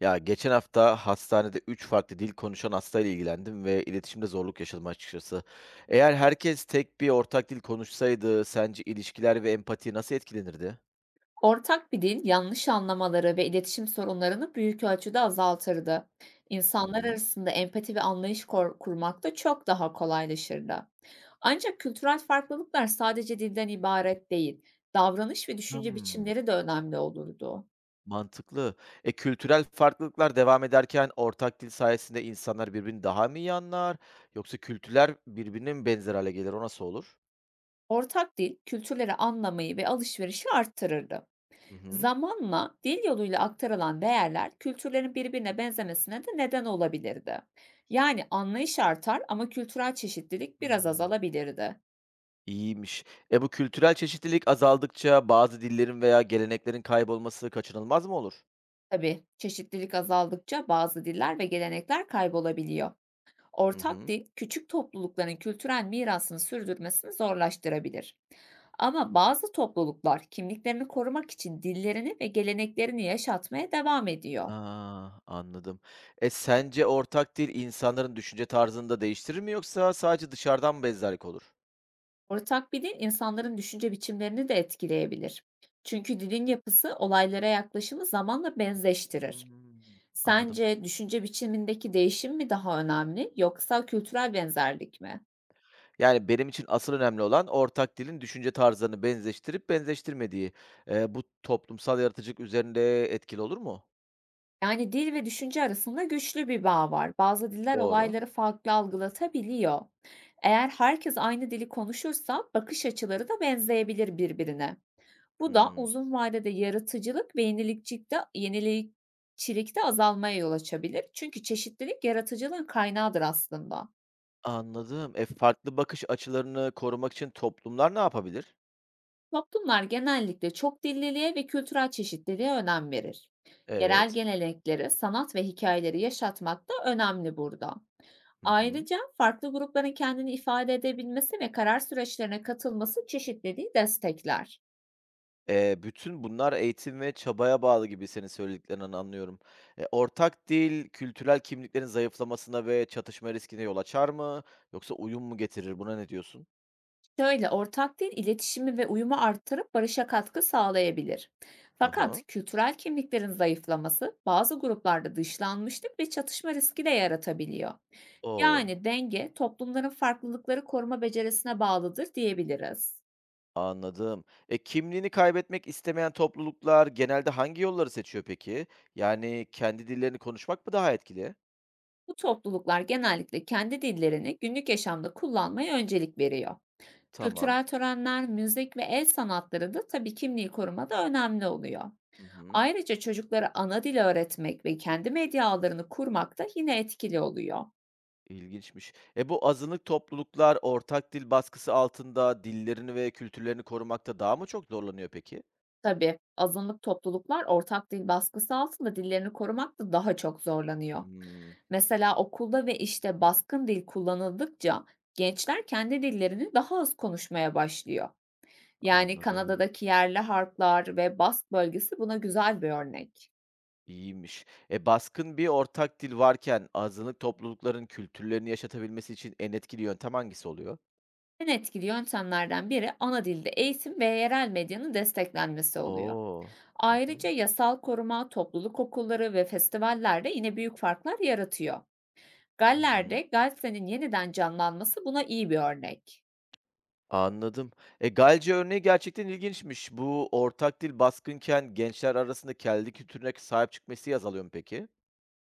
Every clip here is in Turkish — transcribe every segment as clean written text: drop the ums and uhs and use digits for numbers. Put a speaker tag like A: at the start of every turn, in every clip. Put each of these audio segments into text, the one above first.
A: Ya geçen hafta hastanede 3 farklı dil konuşan hastayla ilgilendim ve iletişimde zorluk yaşadım açıkçası. Eğer herkes tek bir ortak dil konuşsaydı sence ilişkiler ve empati nasıl etkilenirdi?
B: Ortak bir dil yanlış anlamaları ve iletişim sorunlarını büyük ölçüde azaltırdı.
A: Hı
B: İnsanlar
A: hı.
B: arasında empati ve anlayış kurmak da çok daha kolaylaşırdı. Ancak kültürel farklılıklar sadece dilden ibaret değil, davranış ve düşünce
A: Hmm,
B: biçimleri de önemli olurdu.
A: mantıklı. E kültürel farklılıklar devam ederken ortak dil sayesinde insanlar birbirini daha mı iyi anlar yoksa kültürler birbirine mi benzer hale gelir? O nasıl olur?
B: Ortak dil kültürleri anlamayı ve alışverişi arttırırdı.
A: Hı hı.
B: Zamanla dil yoluyla aktarılan değerler kültürlerin birbirine benzemesine de neden olabilirdi. Yani anlayış artar ama kültürel çeşitlilik biraz
A: Hmm,
B: azalabilirdi.
A: İyiymiş. E bu kültürel çeşitlilik azaldıkça bazı dillerin veya geleneklerin kaybolması kaçınılmaz mı olur?
B: Tabii çeşitlilik azaldıkça bazı diller ve gelenekler kaybolabiliyor.
A: Hı
B: Ortak
A: hı.
B: dil küçük toplulukların kültürel mirasını sürdürmesini zorlaştırabilir. Ama bazı topluluklar kimliklerini korumak için dillerini ve geleneklerini yaşatmaya devam ediyor.
A: A, anladım. E, sence ortak dil insanların düşünce tarzını da değiştirir mi yoksa sadece dışarıdan mı benzerlik olur?
B: Ortak bir dil insanların düşünce biçimlerini de etkileyebilir. Çünkü dilin yapısı olaylara yaklaşımı zamanla benzeştirir.
A: Hımm, anladım.
B: Sence düşünce biçimindeki değişim mi daha önemli yoksa kültürel benzerlik mi?
A: Yani benim için asıl önemli olan ortak dilin düşünce tarzlarını benzeştirip benzeştirmediği. Bu toplumsal yaratıcılık üzerinde etkili olur mu?
B: Yani dil ve düşünce arasında güçlü bir bağ var. Bazı diller
A: Doğru.
B: olayları farklı algılatabiliyor. Eğer herkes aynı dili konuşursa bakış açıları da benzeyebilir birbirine. Bu da
A: Hımm,
B: uzun vadede yaratıcılık ve yenilikçilikte azalmaya yol açabilir. Çünkü çeşitlilik yaratıcılığın kaynağıdır aslında.
A: anladım. E, farklı bakış açılarını korumak için toplumlar ne yapabilir?
B: Toplumlar genellikle çok dilliliğe ve kültürel çeşitliliğe önem verir. Yerel
A: Evet.
B: gelenekleri, sanat ve hikayeleri yaşatmak da önemli burada.
A: Hı hı.
B: Ayrıca farklı grupların kendini ifade edebilmesi ve karar süreçlerine katılması çeşitliliği destekler.
A: Bütün bunlar eğitim ve çabaya bağlı gibi senin söylediklerinden anlıyorum. E, ortak dil, kültürel kimliklerin zayıflamasına ve çatışma riskine yol açar mı? Yoksa uyum mu getirir? Buna ne diyorsun?
B: Şöyle ortak dil iletişimi ve uyumu arttırıp barışa katkı sağlayabilir.
A: Hı
B: Fakat
A: hı.
B: kültürel kimliklerin zayıflaması bazı gruplarda dışlanmışlık ve çatışma riski de yaratabiliyor.
A: O,
B: Yani denge toplumların farklılıkları koruma becerisine bağlıdır diyebiliriz.
A: anladım. E, kimliğini kaybetmek istemeyen topluluklar genelde hangi yolları seçiyor peki? Yani kendi dillerini konuşmak mı daha etkili?
B: Bu topluluklar genellikle kendi dillerini günlük yaşamda kullanmaya öncelik veriyor.
A: Tamam.
B: Kültürel törenler, müzik ve el sanatları da tabii kimliği korumada önemli oluyor.
A: Hı hı.
B: Ayrıca çocuklara ana dil öğretmek ve kendi medya ağlarını kurmak da yine etkili oluyor.
A: İlginçmiş. E bu azınlık topluluklar ortak dil baskısı altında dillerini ve kültürlerini korumakta daha mı çok zorlanıyor peki?
B: Tabii azınlık topluluklar ortak dil baskısı altında dillerini korumak da daha çok zorlanıyor.
A: Hımm,
B: Mesela okulda ve işte baskın dil kullanıldıkça gençler kendi dillerini daha az konuşmaya başlıyor. Yani
A: anladım.
B: Kanada'daki yerli harplar ve Bask bölgesi buna güzel bir örnek.
A: İyiymiş. E, baskın bir ortak dil varken azınlık toplulukların kültürlerini yaşatabilmesi için en etkili yöntem hangisi oluyor?
B: En etkili yöntemlerden biri ana dilde eğitim ve yerel medyanın desteklenmesi oluyor.
A: O! Hı
B: Ayrıca
A: hı.
B: yasal koruma, topluluk okulları ve festivallerde yine büyük farklar yaratıyor.
A: Hı
B: Galler'de
A: hı.
B: Galse'nin yeniden canlanması buna iyi bir örnek.
A: Anladım. E, Galce örneği gerçekten ilginçmiş. Bu ortak dil baskınken gençler arasında kendi kültürüne sahip çıkma isteği azalıyor mu peki?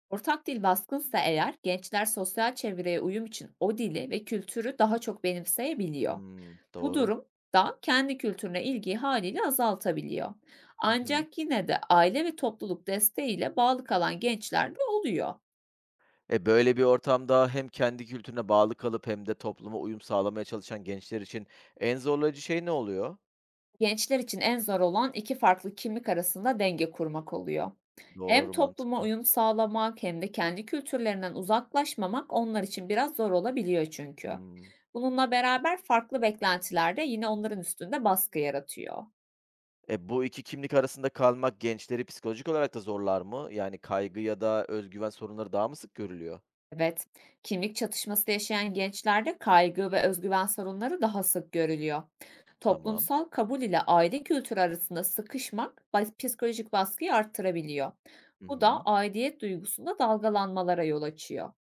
B: Ortak dil baskınsa eğer gençler sosyal çevreye uyum için o dili ve kültürü daha çok benimseyebiliyor.
A: Hımm,
B: Bu
A: doğru.
B: durum da kendi kültürüne ilgiyi haliyle azaltabiliyor.
A: Hı hı.
B: Ancak yine de aile ve topluluk desteğiyle bağlı kalan gençler de oluyor.
A: E, böyle bir ortamda hem kendi kültürüne bağlı kalıp hem de topluma uyum sağlamaya çalışan gençler için en zorlayıcı şey ne oluyor?
B: Gençler için en zor olan iki farklı kimlik arasında denge kurmak oluyor. Hem
A: Doğru,
B: topluma
A: mantıklı.
B: uyum sağlamak hem de kendi kültürlerinden uzaklaşmamak onlar için biraz zor olabiliyor çünkü.
A: Hımm.
B: Bununla beraber farklı beklentiler de yine onların üstünde baskı yaratıyor.
A: E, bu 2 kimlik arasında kalmak gençleri psikolojik olarak da zorlar mı? Yani kaygı ya da öz güven sorunları daha mı sık görülüyor?
B: Evet, kimlik çatışması yaşayan gençlerde kaygı ve özgüven sorunları daha sık görülüyor.
A: Tamam.
B: Toplumsal kabul ile aile kültürü arasında sıkışmak psikolojik baskıyı arttırabiliyor.
A: Hı
B: Bu da
A: hı.
B: aidiyet duygusunda dalgalanmalara yol açıyor.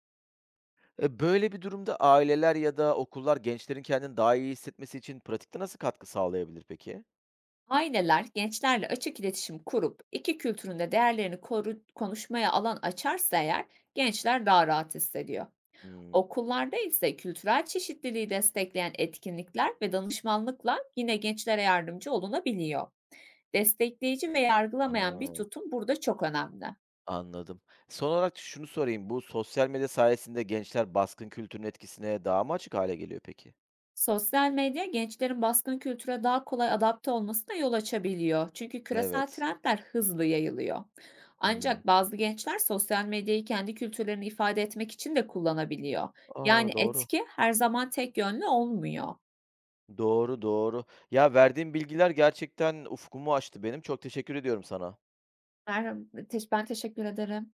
A: E, böyle bir durumda aileler ya da okullar gençlerin kendini daha iyi hissetmesi için pratikte nasıl katkı sağlayabilir peki?
B: Aileler gençlerle açık iletişim kurup iki kültürün de değerlerini konuşmaya alan açarsa eğer gençler daha rahat hissediyor.
A: Hımm.
B: Okullarda ise kültürel çeşitliliği destekleyen etkinlikler ve danışmanlıkla yine gençlere yardımcı olunabiliyor. Destekleyici ve
A: A!
B: yargılamayan bir tutum burada çok önemli.
A: Anladım. Son olarak şunu sorayım, bu sosyal medya sayesinde gençler baskın kültürün etkisine daha mı açık hâle geliyor peki?
B: Sosyal medya gençlerin baskın kültüre daha kolay adapte olmasına yol açabiliyor. Çünkü küresel
A: Evet.
B: trendler hızlı yayılıyor.
A: Hımm.
B: Ancak bazı gençler sosyal medyayı kendi kültürlerini ifade etmek için de kullanabiliyor. Yani
A: A, doğru.
B: etki her zaman tek yönlü olmuyor.
A: Doğru, doğru. Ya, verdiğin bilgiler gerçekten ufkumu açtı benim. Çok teşekkür ediyorum sana.
B: Merhaba, ben teşekkür ederim.